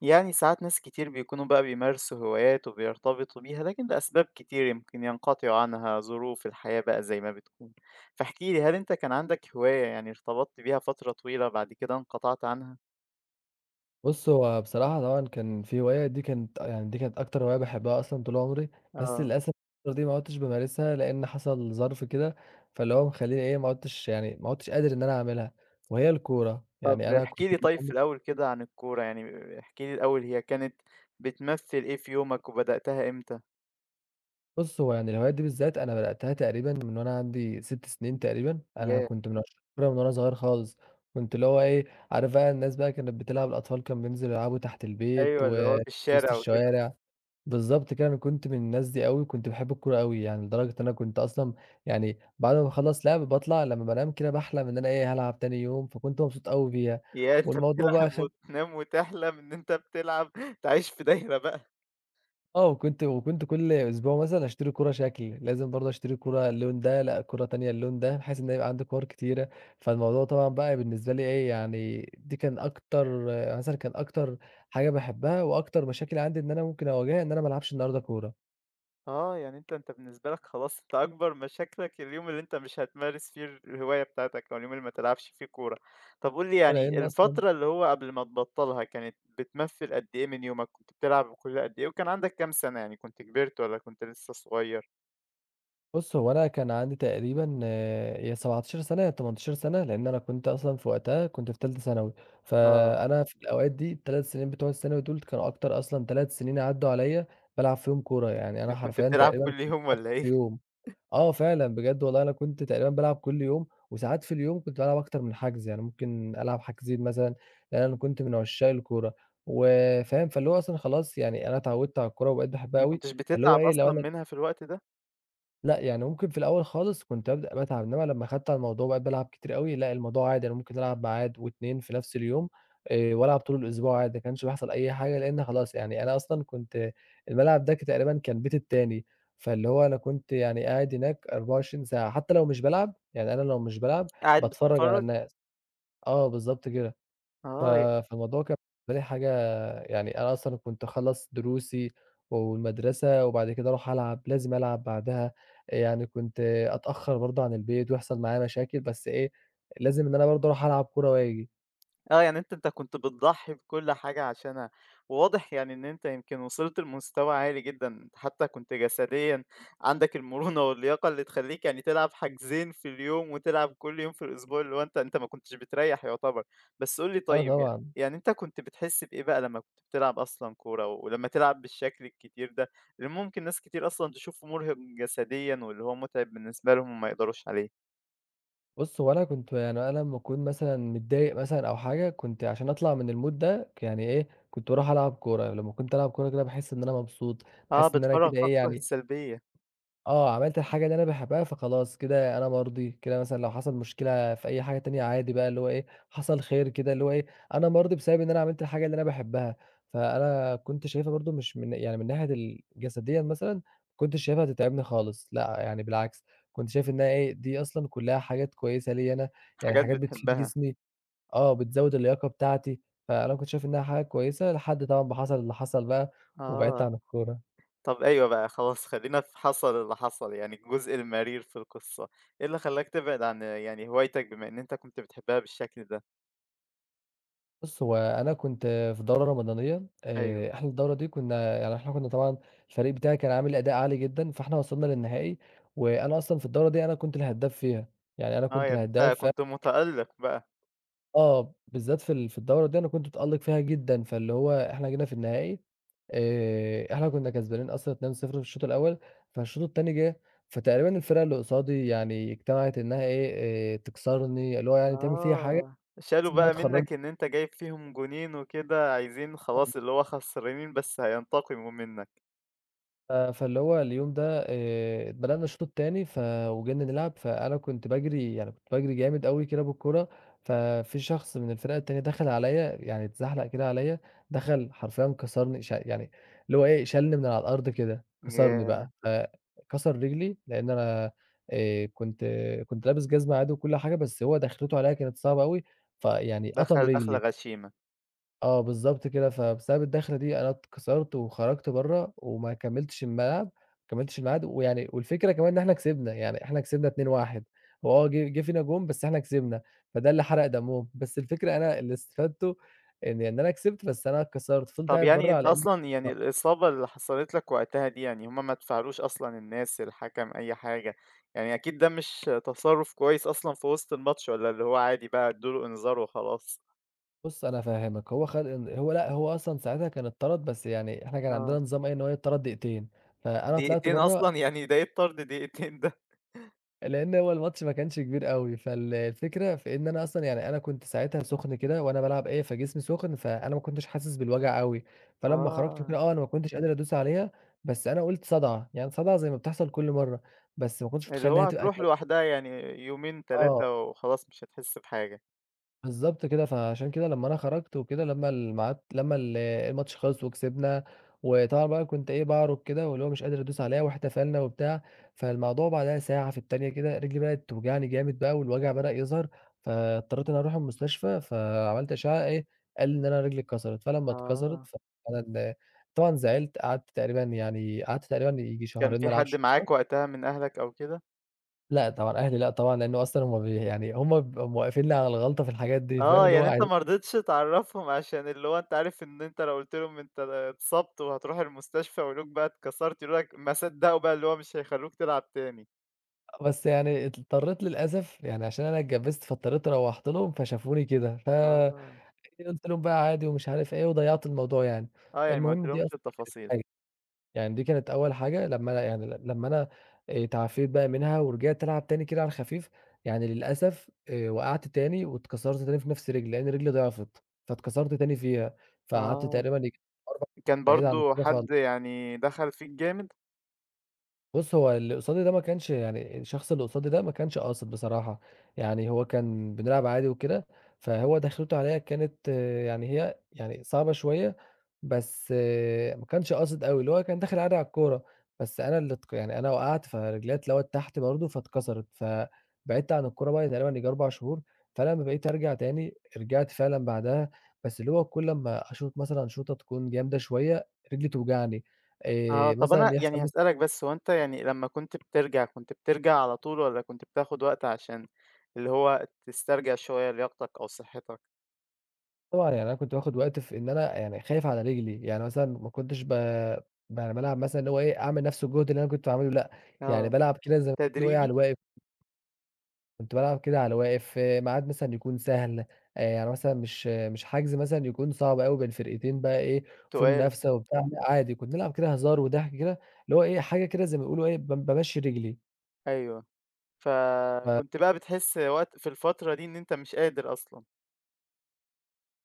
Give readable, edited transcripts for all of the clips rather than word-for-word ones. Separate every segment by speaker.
Speaker 1: يعني ساعات ناس كتير بيكونوا بقى بيمارسوا هوايات وبيرتبطوا بيها، لكن لأسباب كتير يمكن ينقطعوا عنها. ظروف الحياة بقى زي ما بتكون. فاحكي لي، هل انت كان عندك هواية يعني ارتبطت بيها فترة طويلة بعد كده انقطعت عنها؟
Speaker 2: بُص، هو بصراحة طبعًا كان في هواية دي كانت يعني دي كانت أكتر هواية باحبها أصلًا طول عمري، بس
Speaker 1: اه.
Speaker 2: للأسف الفترة دي ما عُدتش بامارسها لإن حصل ظرف كده، فاللي هو مخلّيني إيه، ما عُدتش قادر إن أنا أعملها، وهي الكورة،
Speaker 1: طب
Speaker 2: يعني أنا كنت
Speaker 1: احكي لي
Speaker 2: طول
Speaker 1: طيب في
Speaker 2: عمري.
Speaker 1: الأول كده عن الكورة يعني، احكي لي الأول هي كانت بتمثل ايه في يومك وبدأتها امتى؟
Speaker 2: بُص، هو يعني الهواية دي بالذات أنا بدأتها تقريبًا من وأنا عندي 6 سنين تقريبًا، أنا
Speaker 1: ياه.
Speaker 2: كنت من عشاق الكورة من وأنا صغير خالص، كنت اللي هو إيه، عارف بقى الناس بقى كانت بتلعب، الأطفال كانوا بينزلوا يلعبوا تحت البيت
Speaker 1: ايوه، اللي هو
Speaker 2: وفي
Speaker 1: في
Speaker 2: وسط
Speaker 1: الشارع وكده.
Speaker 2: الشوارع. بالضبط كده، أنا كنت من الناس دي أوي، كنت باحب الكورة أوي، يعني لدرجة إن أنا كنت أصلًا يعني بعد ما باخلّص لعب باطلع، لمّا بانام كده باحلم إن أنا إيه، هالعب تاني يوم، فكنت مبسوط أوي بيها،
Speaker 1: يا انت
Speaker 2: والموضوع بقى
Speaker 1: بتلعب
Speaker 2: خد
Speaker 1: وتنام وتحلم ان انت بتلعب، تعيش في دايرة بقى.
Speaker 2: وكنت كل أسبوع مثلًا أشتري كورة شكل، لازم برضه أشتري كورة اللون ده، لأ كورة تانية اللون ده، بحيث إن يبقى عندي كور كتيرة، فالموضوع طبعًا بقى بالنسبة لي إيه، يعني دي كان أكتر، مثلًا كان أكتر حاجة باحبها، وأكتر مشاكل عندي إن أنا ممكن أواجهها إن أنا ما العبش النهارده كورة،
Speaker 1: آه، يعني أنت بالنسبة لك خلاص أنت أكبر مشاكلك اليوم اللي أنت مش هتمارس فيه الهواية بتاعتك، أو اليوم اللي ما تلعبش فيه كورة. طب قُل لي، يعني
Speaker 2: لإن أصلًا
Speaker 1: الفترة اللي هو قبل ما تبطّلها كانت بتمثّل قد إيه من يومك؟ كنت بتلعب كل قد إيه؟ وكان عندك كام سَنة، يعني كنت كبرت والّا كنت لسه صغير؟
Speaker 2: بُص، هو أنا كان عندي تقريبًا يا 17 سَنة يا 18 سَنة، لإن أنا كنت أصلًا في وقتها كنت في تالتة ثانوي،
Speaker 1: آه.
Speaker 2: فأنا في الأوقات دي ال3 سنين بتوع الثانوي دول كانوا أكتر، أصلًا 3 سنين عدّوا عليّا بالعب فيهم كورة، يعني أنا
Speaker 1: كنت
Speaker 2: حرفيًا
Speaker 1: بتلعب
Speaker 2: تقريبًا
Speaker 1: كل
Speaker 2: كنت
Speaker 1: يوم
Speaker 2: بالعب
Speaker 1: والّا إيه؟
Speaker 2: كل يوم. فعلًا بجد والله أنا كنت تقريبًا بالعب كل يوم، وساعات في اليوم كنت بالعب أكتر من حجز، يعني ممكن ألعب حجزين مثلًا، لإن أنا كنت من عشاق الكورة، وفاهم، فاللي هو أصلًا خلاص يعني أنا اتعودت على الكورة وبقيت باحبها
Speaker 1: ما
Speaker 2: أوي،
Speaker 1: كنتش
Speaker 2: فاللي هو
Speaker 1: بتتعب
Speaker 2: إيه لو
Speaker 1: أصلًا
Speaker 2: أنا
Speaker 1: منها في الوقت ده؟
Speaker 2: لأ، يعني ممكن في الأول خالص كنت أبدأ باتعب، إنّما لمّا خدت على الموضوع وبقيت بالعب كتير أوي، لأ الموضوع عادي أنا ممكن ألعب ميعاد و2 في نفس اليوم والعب طول الأسبوع عادي، ما كانش بيحصل أي حاجة لإن خلاص يعني أنا أصلًا كنت الملعب ده تقريبًا كان بيتي التاني، فاللي هو أنا كنت يعني قاعد هناك 24 ساعة، حتى لو مش بالعب، يعني أنا لو مش بالعب
Speaker 1: قاعد
Speaker 2: باتفرّج على
Speaker 1: بتتفرّج؟
Speaker 2: الناس. آه، بالضبط كده. ف
Speaker 1: آه،
Speaker 2: فالموضوع كان بالنسبة لي حاجة، يعني أنا أصلًا كنت أخلّص دروسي والمدرسة وبعد كده أروح ألعب، لازم ألعب بعدها، يعني كنت أتأخّر برضه عن البيت ويحصل معايا مشاكل، بس إيه، لازم إن أنا برضه أروح ألعب كورة وآجي.
Speaker 1: آه، يعني أنت كنت بتضحّي بكل حاجة عشانها، وواضح يعني إن أنت يمكن وصلت لمستوى عالي جدًا. أنت حتى كنت جسديًا عندك المرونة واللياقة اللي تخلّيك يعني تلعب حاجزين في اليوم، وتلعب كل يوم في الأسبوع، اللي هو أنت ما كنتش بتريّح يعتبر. بس قُل لي
Speaker 2: آه
Speaker 1: طيب، يعني
Speaker 2: طبعًا.
Speaker 1: يعني أنت كنت بتحس بإيه بقى لمّا كنت بتلعب أصلًا كورة، ولمّا تلعب بالشكل الكتير ده، اللي ممكن ناس كتير أصلًا تشوفه مرهق جسديًا، واللي هو مُتعب بالنسبة لهم وما يقدروش عليه؟
Speaker 2: بُص، هو أنا كنت يعني أنا لمّا أكون مثلًا متضايق مثلًا أو حاجة، كنت عشان أطلع من الmood ده، يعني إيه، كنت باروح ألعب كورة، لمّا كنت ألعب كورة كده باحس إن أنا مبسوط،
Speaker 1: آه،
Speaker 2: باحس إن أنا
Speaker 1: بتفرّغ
Speaker 2: كده إيه،
Speaker 1: طاقتك
Speaker 2: يعني
Speaker 1: السلبية.
Speaker 2: عملت الحاجة اللي أنا باحبها فخلاص كده أنا مرضي، كده مثلًا لو حصل مشكلة في أي حاجة تانية عادي بقى اللي هو إيه، حصل خير كده اللي هو إيه، أنا مرضي بسبب إن أنا عملت الحاجة اللي أنا باحبها، فأنا كنت شايفها برضه مش من يعني من ناحية جسديًا مثلًا ما كنتش شايفها هتتعبني خالص، لأ يعني بالعكس، كنت شايف إنها إيه، دي أصلًا كلّها حاجات كويسة ليّا أنا، يعني
Speaker 1: حاجات
Speaker 2: حاجات بتفيد
Speaker 1: بتحبها.
Speaker 2: جسمي، آه، بتزوّد اللياقة بتاعتي، فأنا كنت شايف إنها حاجة كويسة لحد طبعًا ما حصل اللي حصل بقى وبعدت
Speaker 1: آه.
Speaker 2: عن الكورة.
Speaker 1: طب أيوه بقى خلاص، خلّينا في حصل اللي حصل، يعني الجزء المرير في القصة. إيه اللي خلّاك تبعد عن يعني هوايتك، بما إن أنت كنت بتحبها بالشكل ده؟
Speaker 2: بُص، هو أنا كنت في دورة رمضانية،
Speaker 1: أيوه.
Speaker 2: إحنا الدورة دي كنا يعني إحنا كنا طبعًا الفريق بتاعي كان عامل أداء عالي جدًا، فإحنا وصلنا للنهائي، وأنا أصلًا في الدورة دي أنا كنت الهداف فيها، يعني أنا
Speaker 1: آه،
Speaker 2: كنت
Speaker 1: يعني أنت
Speaker 2: الهداف. ف
Speaker 1: كنت مُتألّق بقى.
Speaker 2: آه، بالذات في في الدورة دي أنا كنت متألق فيها جدًا، فاللي هو إحنا جينا في النهائي، إحنا كنا كسبانين أصلًا 2-0 في الشوط الأول، فالشوط التاني جه، فتقريبًا الفرقة اللي قصادي يعني اجتمعت إنها إيه، تكسرني، اللي هو يعني تعمل فيّا حاجة
Speaker 1: آه.
Speaker 2: بحيث
Speaker 1: شالوا
Speaker 2: إنها
Speaker 1: بقى
Speaker 2: تخرجني.
Speaker 1: منّك إن أنت جايب فيهم جونين وكده، عايزين خلاص، اللي هو خسرانين بس هينتقموا منّك.
Speaker 2: ف فاللي هو اليوم ده بدأنا الشوط التاني وجينا نلعب، فأنا كنت باجري يعني كنت باجري جامد أوي كده بالكورة، ففي شخص من الفرقة التانية دخل عليّا، يعني اتزحلق كده عليّا، دخل حرفيًا كسرني يعني اللي هو إيه، شالني من على الأرض كده، كسرني
Speaker 1: ياه!
Speaker 2: بقى، فكسر رجلي لإن أنا آآ، كنت كنت لابس جزمة عادي وكل حاجة، بس هو دخلته عليّا كانت صعبة أوي، فيعني أَطَم
Speaker 1: دخل دخلة
Speaker 2: رجلي.
Speaker 1: غشيمة.
Speaker 2: آه، بالضبط كده، فبسبب الداخلة دي أنا اتكسرت وخرجت برّه وما كمّلتش الملعب، ما كمّلتش الميعاد، ويعني والفكرة كمان إن إحنا كسبنا، يعني إحنا كسبنا 2-1، هو جه فينا جون بس إحنا كسبنا، فده اللي حرق دمهم، بس الفكرة أنا اللي استفدته إن أنا كسبت بس أنا اتكسرت، فضلت
Speaker 1: طب
Speaker 2: قاعد
Speaker 1: يعني
Speaker 2: برّه.
Speaker 1: أنت
Speaker 2: على إن
Speaker 1: أصلًا، يعني الإصابة اللي حصلت لك وقتها دي، يعني هم ما دفعلوش أصلًا الناس، الحكم، أي حاجة؟ يعني أكيد ده مش تصرُّف كويس أصلًا في وسط الماتش، والّا اللي هو عادي بقى ادّوا له إنذار وخلاص؟
Speaker 2: بُص أنا هافهّمك، هو خد إن هو لأ، هو أصلًا ساعتها كان اتطرد، بس يعني إحنا كان
Speaker 1: آه.
Speaker 2: عندنا نظام إيه، إن هو يتطرد دقيقتين، فأنا طلعت
Speaker 1: دقيقتين
Speaker 2: برّه
Speaker 1: أصلًا، يعني دقيقة طرد دقيقتين ده.
Speaker 2: لإن هو الماتش ما كانش كبير أوي، الفكرة في إن أنا أصلًا يعني أنا كنت ساعتها سُخن كده وأنا بالعب إيه، فجسمي سُخن، فأنا ما كنتش حاسس بالوجع أوي، فلمّا خرجت وكده
Speaker 1: آه.
Speaker 2: آه، أنا ما كنتش قادر أدوس عليها، بس أنا قُلت صدعة، يعني صدعة زي ما بتحصل كل مرّة، بس ما كنتش
Speaker 1: اللي
Speaker 2: متخيل
Speaker 1: هو
Speaker 2: إنها هتبقى
Speaker 1: هتروح
Speaker 2: كده.
Speaker 1: لوحدها يعني، يومين،
Speaker 2: آه،
Speaker 1: 3 وخلاص مش هتحس بحاجة.
Speaker 2: بالضبط كده، فعشان كده لمّا أنا خرجت وكده، لمّا الميعاد لمّا الماتش خلص وكسبنا، وطبعًا بقى كنت إيه باعرج كده، واللي هو مش قادر أدوس عليها، واحتفلنا وبتاع، فالموضوع بعدها ساعة في التانية كده رجلي بدأت توجعني جامد بقى، والوجع بدأ يظهر، فاضطريت إن أنا أروح المستشفى، فعملت أشعة إيه، قال لي إن أنا رجلي اتكسرت، فلمّا اتكسرت
Speaker 1: آه.
Speaker 2: ففعلًا طبعًا زعلت، قعدت تقريبًا يعني قعدت تقريبًا ييجي
Speaker 1: كان
Speaker 2: شهرين ما
Speaker 1: في حد
Speaker 2: ألعبش كورة،
Speaker 1: معاك وقتها من أهلك أو كده؟
Speaker 2: لأ طبعًا أهلي لأ طبعًا لإنه أصلًا هُم يعني هُم بيبقوا موقفينّي على الغلطة في الحاجات دي، فاهم
Speaker 1: آه،
Speaker 2: اللي هو
Speaker 1: يعني أنت
Speaker 2: عايزين،
Speaker 1: ما رضيتش تعرّفهم، عشان اللي هو أنت عارف إن أنت لو قُلت لهم أنت اتصبت وهتروح المستشفى ويقولوك بقى اتكسرت، يقولوا لك ما صدّقوا بقى، اللي هو مش هيخلّوك تلعب تاني.
Speaker 2: بس يعني اضطريت للأسف يعني عشان أنا اتجبّزت، فاضطريت روّحت لهم فشافوني كده، ف
Speaker 1: آه.
Speaker 2: إيه، قُلت لهم بقى عادي ومش عارف إيه وضيّعت الموضوع يعني.
Speaker 1: آه، يعني ما
Speaker 2: المهم دي
Speaker 1: قُلتلهمش
Speaker 2: أصلًا
Speaker 1: التفاصيل.
Speaker 2: حاجة، يعني دي كانت أول حاجة لمّا أنا يعني لمّا أنا اتعافيت بقى منها ورجعت ألعب تاني كده على الخفيف، يعني للأسف وقعت تاني واتكسرت تاني في نفس رجلي، لإن رجلي ضعفت، فاتكسرت تاني فيها، فقعدت
Speaker 1: آه.
Speaker 2: تقريبًا ييجي 4
Speaker 1: كان
Speaker 2: بعيد عن
Speaker 1: برضه
Speaker 2: الكورة
Speaker 1: حد
Speaker 2: خالص.
Speaker 1: يعني دخل فيك جامد؟
Speaker 2: بُص، هو اللي قصادي ده ما كانش يعني الشخص اللي قصادي ده ما كانش قاصد بصراحة، يعني هو كان بنلعب عادي وكده، فهو دخلته عليَّ كانت يعني هي يعني صعبة شوية، بس ما كانش قاصد أوي، اللي هو كان داخل عادي على الكورة، بس أنا اللي يعني أنا وقعت فرجليّا اتلوت تحت برضه فاتكسرت، فبعدت عن الكورة بقى تقريبًا ييجي 4 شهور، فلمّا بقيت أرجع تاني رجعت فعلًا بعدها، بس اللي هو كل أمّا أشوط مثلًا شوطة تكون جامدة شوية رجلي توجعني،
Speaker 1: آه، طب
Speaker 2: مثلًا
Speaker 1: أنا
Speaker 2: يحصل
Speaker 1: يعني
Speaker 2: مثلًا
Speaker 1: هاسألك، بس هو أنت يعني لمّا كنت بترجع، كنت بترجع على طول والّا كنت بتاخد وقت عشان اللي هو تسترجع شوية لياقتك أو صحتك؟
Speaker 2: طبعًا يعني أنا كنت باخد وقت في إن أنا يعني خايف على رجلي، يعني مثلًا ما كنتش ب يعني بالعب مثلًا اللي هو إيه، أعمل نفس الجهد اللي أنا كنت باعمله لأ، يعني
Speaker 1: آه.
Speaker 2: بالعب كده زي ما بيقولوا إيه
Speaker 1: تدريجي؟
Speaker 2: على الواقف، كنت بالعب كده على الواقف في ميعاد مثلًا يكون سهل، يعني مثلًا مش حجز مثلًا يكون صعب أوي بين فرقتين بقى إيه، في
Speaker 1: تُقال،
Speaker 2: منافسة وبتاع، لأ عادي كنت نلعب كده هزار وضحك كده، اللي هو إيه، حاجة كده زي ما بيقولوا إيه، بامشّي رجلي.
Speaker 1: أيوه. فكنت بقى بتحس وقت في الفترة دي إن أنت مش قادر أصلًا.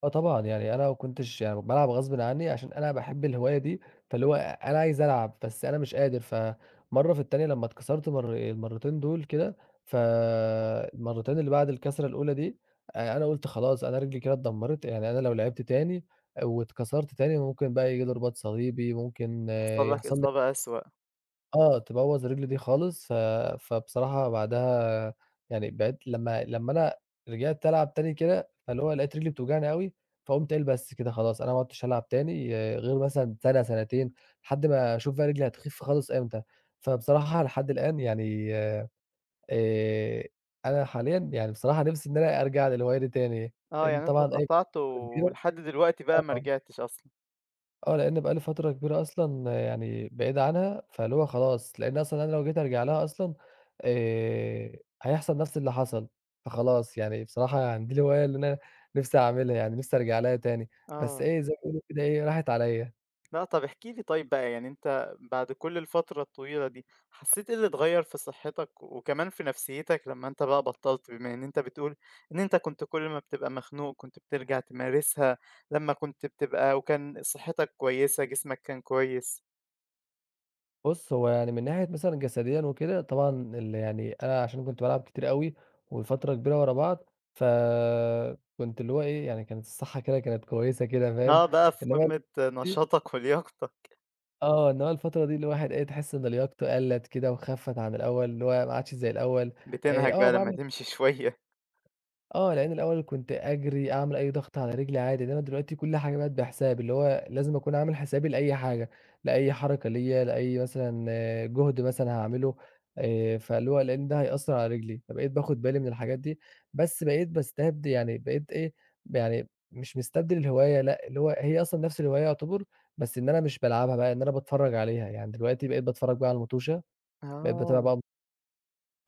Speaker 2: آه طبعًا، يعني أنا ما كنتش يعني بالعب غصبٍ عني عشان أنا باحب الهواية دي، فاللي هو أنا عايز ألعب، بس أنا مش قادر، فمرّة في التانية لمّا اتكسرت المرّتين دول كده، فالمرّتين اللي بعد الكسرة الأولى دي، أنا قُلت خلاص أنا رجلي كده اتدمّرت، يعني أنا لو لعبت تاني واتكسرت تاني ممكن بقى ييجي لي رباط صليبي، ممكن
Speaker 1: يحصل لك
Speaker 2: يحصل لي
Speaker 1: إصابة أسوأ.
Speaker 2: آه، تبوّظ الرجل دي خالص، ف فبصراحة بعدها يعني بعدت لمّا أنا رجعت ألعب تاني كده، فاللي هو لقيت رجلي بتوجعني أوي، فقُمت قايل بس كده خلاص، أنا ما عُدتش هالعب تاني آه، غير مثلًا سَنة، سَنتين، لحد ما أشوف بقى رجلي هتخِف خالص إمتى. فبصراحة لحد الآن يعني آآ، أنا حاليًا يعني بصراحة نِفْسي إن أنا أرجع للهواية دي تاني،
Speaker 1: آه،
Speaker 2: لإن
Speaker 1: يعني أنت
Speaker 2: طبعًا أي
Speaker 1: اتقطعت
Speaker 2: فترة كبيرة.
Speaker 1: ولحد دلوقتي بقى ما
Speaker 2: آه.
Speaker 1: رجعتش أصلًا.
Speaker 2: آه، لإن بقى لي فترة كبيرة أصلًا يعني بعيد عنها، فاللي هو خلاص، لإن أصلًا أنا لو جيت أرجع لها أصلًا هيحصل نفس اللي حصل، فخلاص يعني بصراحة يعني دي الهواية اللي أنا نفسي أعملها، يعني نفسي أرجع لها تاني، بس
Speaker 1: آه،
Speaker 2: إيه، زي ما بيقولوا كده إيه، راحت عليّا.
Speaker 1: لأ. طَب احكِ لي طيب بقى، يعني أنت بعد كل الفترة الطويلة دي، حسيت إيه اللي اتغيّر في صحتك وكمان في نفسيتك لمّا أنت بقى بطّلت؟ بما إن أنت بتقول إن أنت كنت كل ما بتبقى مخنوق كنت بترجع تمارسها، لمّا كنت بتبقى وكان صحتك كويسة، جسمك كان كويس.
Speaker 2: بُص، هو يعني من ناحية مثلًا جسديًا وكده، طبعًا يعني أنا عشان كنت بالعب كتير أوي وفترة كبيرة ورا بعض، فكنت اللي هو إيه، يعني كانت الصحة كده كانت كويسة كده، فاهم؟
Speaker 1: آه، بقى في
Speaker 2: إنما
Speaker 1: قمة نشاطك ولياقتك.
Speaker 2: آه، إن هو الفترة دي الواحد إيه، تحس إن لياقته قَلّت كده وخفّت عن الأول، اللي هو ما عادش زي الأول.
Speaker 1: بتنهَج بقى لمّا
Speaker 2: باعمل
Speaker 1: تمشي شوية.
Speaker 2: آه، لإن الأول كنت أجري، أعمل أي ضغط على رجلي عادي، إنّما دلوقتي كل حاجة بقت بحساب، اللي هو لازم أكون عامل حسابي لأي حاجة، لأي حركة ليّا، لأي مثلًا جهد مثلًا هاعمله. فاللي هو لإن ده هيأثّر على رجلي، فبقيت باخد بالي من الحاجات دي، بس بقيت باستبدي يعني بقيت إيه، يعني مش مستبدل الهواية لأ، اللي هو هي أصلًا نفس الهواية يعتبر، بس إن أنا مش بالعبها بقى، إن أنا باتفرّج عليها، يعني دلوقتي بقيت باتفرّج بقى على المطوشة، بقيت باتابع
Speaker 1: آه،
Speaker 2: بقى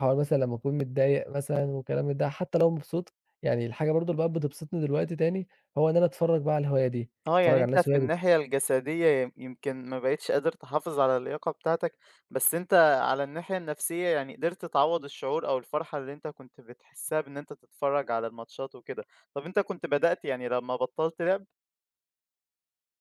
Speaker 2: حوار مثلًا لمّا أكون متضايق مثلًا وكلام من ده، حتى لو مبسوط، يعني الحاجة برضه اللي بقت بتبسطني دلوقتي تاني، هو إن أنا أتفرّج بقى على الهواية دي،
Speaker 1: آه،
Speaker 2: أتفرّج
Speaker 1: يعني
Speaker 2: على
Speaker 1: أنت
Speaker 2: الناس
Speaker 1: في
Speaker 2: وهي بت.
Speaker 1: الناحية الجسدية يمكن ما بقيتش قادر تحافظ على اللياقة بتاعتك، بس أنت على الناحية النفسية يعني قدرت تعوّض الشعور أو الفرحة اللي أنت كنت بتحسّها بإن أنت تتفرّج على الماتشات وكده. طَب أنت كنت بدأت يعني لمّا بطّلت لعب.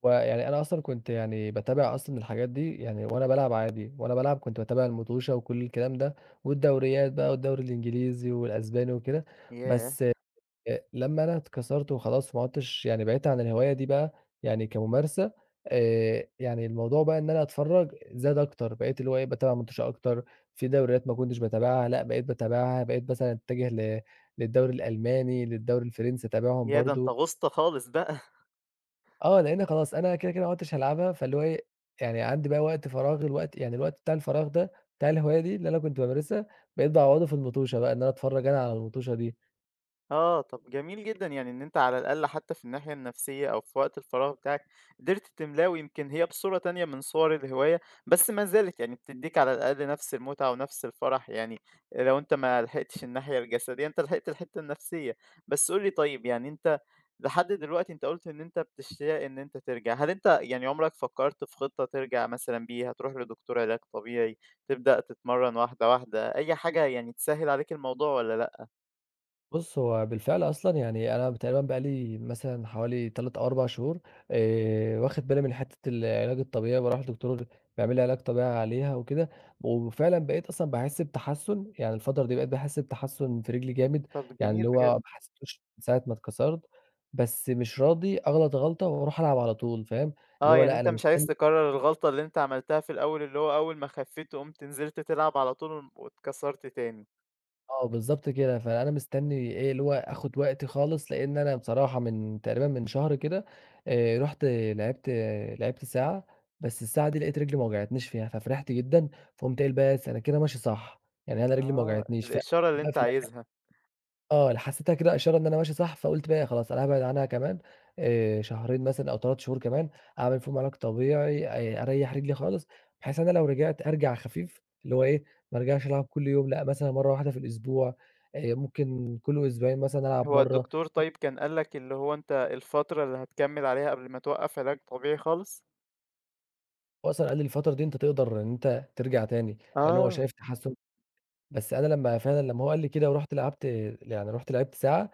Speaker 2: ويعني أنا أصلًا كنت يعني باتابع أصلًا الحاجات دي يعني وأنا بالعب عادي، وأنا بالعب كنت باتابع المطوشة وكل الكلام ده، والدوريات بقى والدوري الإنجليزي والأسباني وكده،
Speaker 1: ياه!
Speaker 2: بس لمّا أنا اتكسرت وخلاص ما عُدتش يعني بعِدت عن الهواية دي بقى يعني كممارسة. يعني الموضوع بقى إن أنا أتفرّج زاد أكتر، بقيت اللي هو إيه، باتابع مُنتَشَر أكتر، في دوريات ما كنتش باتابعها لأ، بقيت باتابعها، بقيت مثلًا أتجه للدوري الألماني، للدوري الفرنسي أتابعهم
Speaker 1: ياه! ده أنت
Speaker 2: برضه،
Speaker 1: غُصت خالص بقى.
Speaker 2: آه، لإن خلاص أنا كده، كده ما عُدتش هالعبها، فاللي هو إيه، يعني عندي بقى وقت فراغ الوقت يعني الوقت بتاع الفراغ ده، بتاع الهواية دي اللي أنا كنت بامارسها، بقيت باعوّضه في المُطوشة بقى، إن أنا أتفرّج أنا على المُطوشة دي.
Speaker 1: آه، طَب جميل جدًا، يعني إن أنت على الأقل حتى في الناحية النفسية أو في وقت الفراغ بتاعك قدرت تملاه، ويمكن هي بصورة تانية من صور الهواية، بس ما زالت يعني بتدّيك على الأقل نفس المتعة ونفس الفرح. يعني لو أنت ما لحقتش الناحية الجسدية، أنت لحقت الحتة النفسية. بس قُل لي طيب، يعني أنت لحد دلوقتي أنت قُلت إن أنت بتشتاق إن أنت ترجع، هل أنت يعني عمرك فكّرت في خطة ترجع مثلًا بيها، تروح لدكتور علاج طبيعي، تبدأ تتمرّن واحدة، واحدة، أي حاجة يعني تسهّل عليك الموضوع والّا لأ؟
Speaker 2: بُص، هو بالفعل أصلًا يعني أنا تقريبًا بقى لي مثلًا حوالي 3 أو 4 شهور، واخد بالي من حتة العلاج الطبيعي، باروح لدكتور بيعمل لي علاج طبيعي عليها وكده، وفعلًا بقيت أصلًا باحس بتحسُّن، يعني الفترة دي بقيت باحس بتحسُّن في رجلي جامد،
Speaker 1: طَب
Speaker 2: يعني
Speaker 1: جميل
Speaker 2: اللي
Speaker 1: بجد.
Speaker 2: هو ما حسيتوش من ساعة ما اتكسرت، بس مش راضي أغلط غلطة وأروح ألعب على طول، فاهم؟ اللي
Speaker 1: آه،
Speaker 2: هو
Speaker 1: يعني
Speaker 2: لأ
Speaker 1: أنت
Speaker 2: أنا
Speaker 1: مش عايز
Speaker 2: مستني
Speaker 1: تكرّر الغلطة اللي أنت عملتها في الأول، اللي هو أول ما خفّيت قُمت نزلت تلعب على طول واتكسرت تاني.
Speaker 2: آه، بالضبط كده، فأنا مستني إيه، اللي هو آخُد وقتي خالص، لإن أنا بصراحة من تقريبًا من شهر كده رُحت لعبت لعبت ساعة، بس الساعة دي لقيت رجلي ما وجعتنيش فيها، ففرحت جدًا، فقُمت قايل بس أنا كده ماشي صح، يعني أنا رجلي ما
Speaker 1: آه.
Speaker 2: وجعتنيش
Speaker 1: الإشارة اللي أنت عايزها.
Speaker 2: آه، حسيتها كده إشارة إن أنا ماشي صح، فقُلت بقى خلاص أنا هابعد عنها كمان شهرين مثلًا أو 3 شهور كمان، أعمل فيهم علاج طبيعي، أريّح رجلي خالص، بحيث إن أنا لو رجعت أرجع خفيف، اللي هو إيه، ما أرجعش ألعب كل يوم، لأ مثلًا مرّة واحدة في الأسبوع، ممكن كل أسبوعين مثلًا ألعب
Speaker 1: هو
Speaker 2: مرّة.
Speaker 1: الدكتور طيب كان قال لك اللي هو أنت الفترة اللي هتكمّل عليها قبل ما توقّف علاج طبيعي خالص؟
Speaker 2: هو أصلًا قال لي الفترة دي أنت تقدر إن أنت ترجع تاني، لأن هو
Speaker 1: آه.
Speaker 2: شايف تحسُّن، بس أنا لمّا فعلًا لمّا هو قال لي كده ورُحت لعبت يعني رُحت لعبت ساعة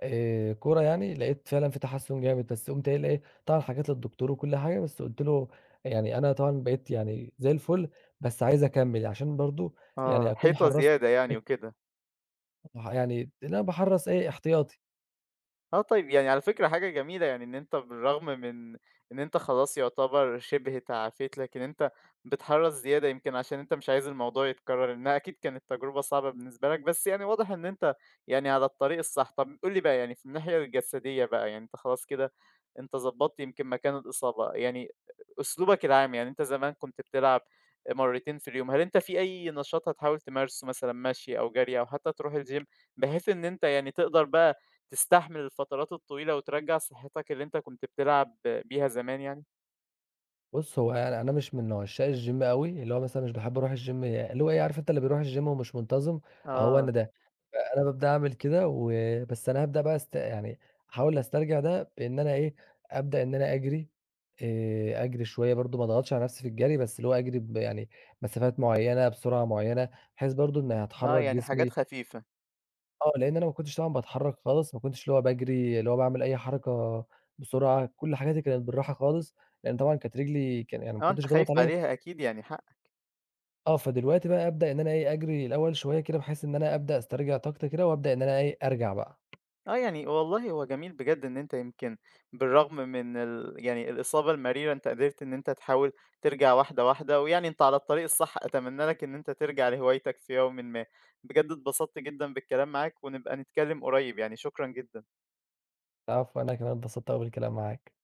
Speaker 2: كورة يعني، لقيت فعلًا في تحسُّن جامد، بس قُمت قايل إيه، طبعًا حكيت للدكتور وكل حاجة، بس قُلت له يعني أنا طبعًا بقيت يعني زي الفُل، بس عايز أكمّل عشان برضه يعني
Speaker 1: آه،
Speaker 2: أكون
Speaker 1: حيطة
Speaker 2: حرّصت
Speaker 1: زيادة يعني وكده.
Speaker 2: يعني أنا باحرّص إيه، احتياطي.
Speaker 1: آه، طيب. يعني على فكرة حاجة جميلة، يعني إن أنت بالرغم من إن أنت خلاص يعتبر شِبه تعافيت، لكن أنت بتحرّص زيادة يمكن عشان أنت مش عايز الموضوع يتكرّر. إنها أكيد كانت تجربة صعبة بالنسبة لك، بس يعني واضح إن أنت يعني على الطريق الصح. طَب قُل لي بقى، يعني في الناحية الجسدية بقى، يعني أنت خلاص كده أنت ضبّطت يمكن مكان الإصابة، يعني أسلوبك العام. يعني أنت زمان كنت بتلعب مرّتين في اليوم، هل أنت في أي نشاط هتحاول تمارسه مثلًا مَشي أو جري أو حتى تروح الgym، بحيث إن أنت يعني تقدر بقى تستحمل الفترات الطويلة وترجّع صحتك اللي أنت كنت بتلعب بيها زمان يعني؟
Speaker 2: بُص، هو يعني أنا مش من عشاق الgym أوي، اللي هو مثلًا مش باحب أروح الgym اللي هو إيه، عارف أنت اللي بيروح الgym ومش منتظم، أهو
Speaker 1: آه.
Speaker 2: أنا ده. فأنا بابدأ أعمل كده بس أنا هابدأ بقى است يعني أحاول أسترجع ده بإن أنا إيه، أبدأ إن أنا أجري، أجري شوية برضه ما أضغطش على نفسي في الجري، بس اللي هو أجري يعني مسافات معيّنة، بسرعة معيّنة، بحيث برضه إني
Speaker 1: آه،
Speaker 2: هاتحرك
Speaker 1: يعني حاجات
Speaker 2: جسمي،
Speaker 1: خفيفة.
Speaker 2: آه، لإن أنا ما كنتش طبعًا باتحرّك خالص، ما كنتش اللي هو باجري، اللي هو باعمل أي حركة بسرعة، كل حاجاتي كانت بالراحة خالص، لإن طبعًا كانت رجلي كان يعني ما
Speaker 1: آه، أنت
Speaker 2: كنتش باضغط
Speaker 1: خايف
Speaker 2: عليها،
Speaker 1: عليها أكيد يعني حقك.
Speaker 2: آه، فدلوقتي بقى أبدأ إن أنا إيه، أجري الأول شوية كده بحيث إن أنا أبدأ أسترجع طاقتي كده وأبدأ إن أنا إيه، أرجع بقى،
Speaker 1: آه، يعني والله هو جميل بجد إن أنت يمكن بالرغم من يعني الإصابة المريرة أنت قدرت إن أنت تحاول ترجع واحدة، واحدة، ويعني أنت على الطريق الصح. أتمنى لك إن أنت ترجع لهوايتك في يومٍ ما. بجد اتبسطت جدًا بالكلام معاك، ونبقى نتكلم قريب يعني. شكرًا جدًا.
Speaker 2: آه، فأنا كمان اتبسطت أوي بالكلام معاك.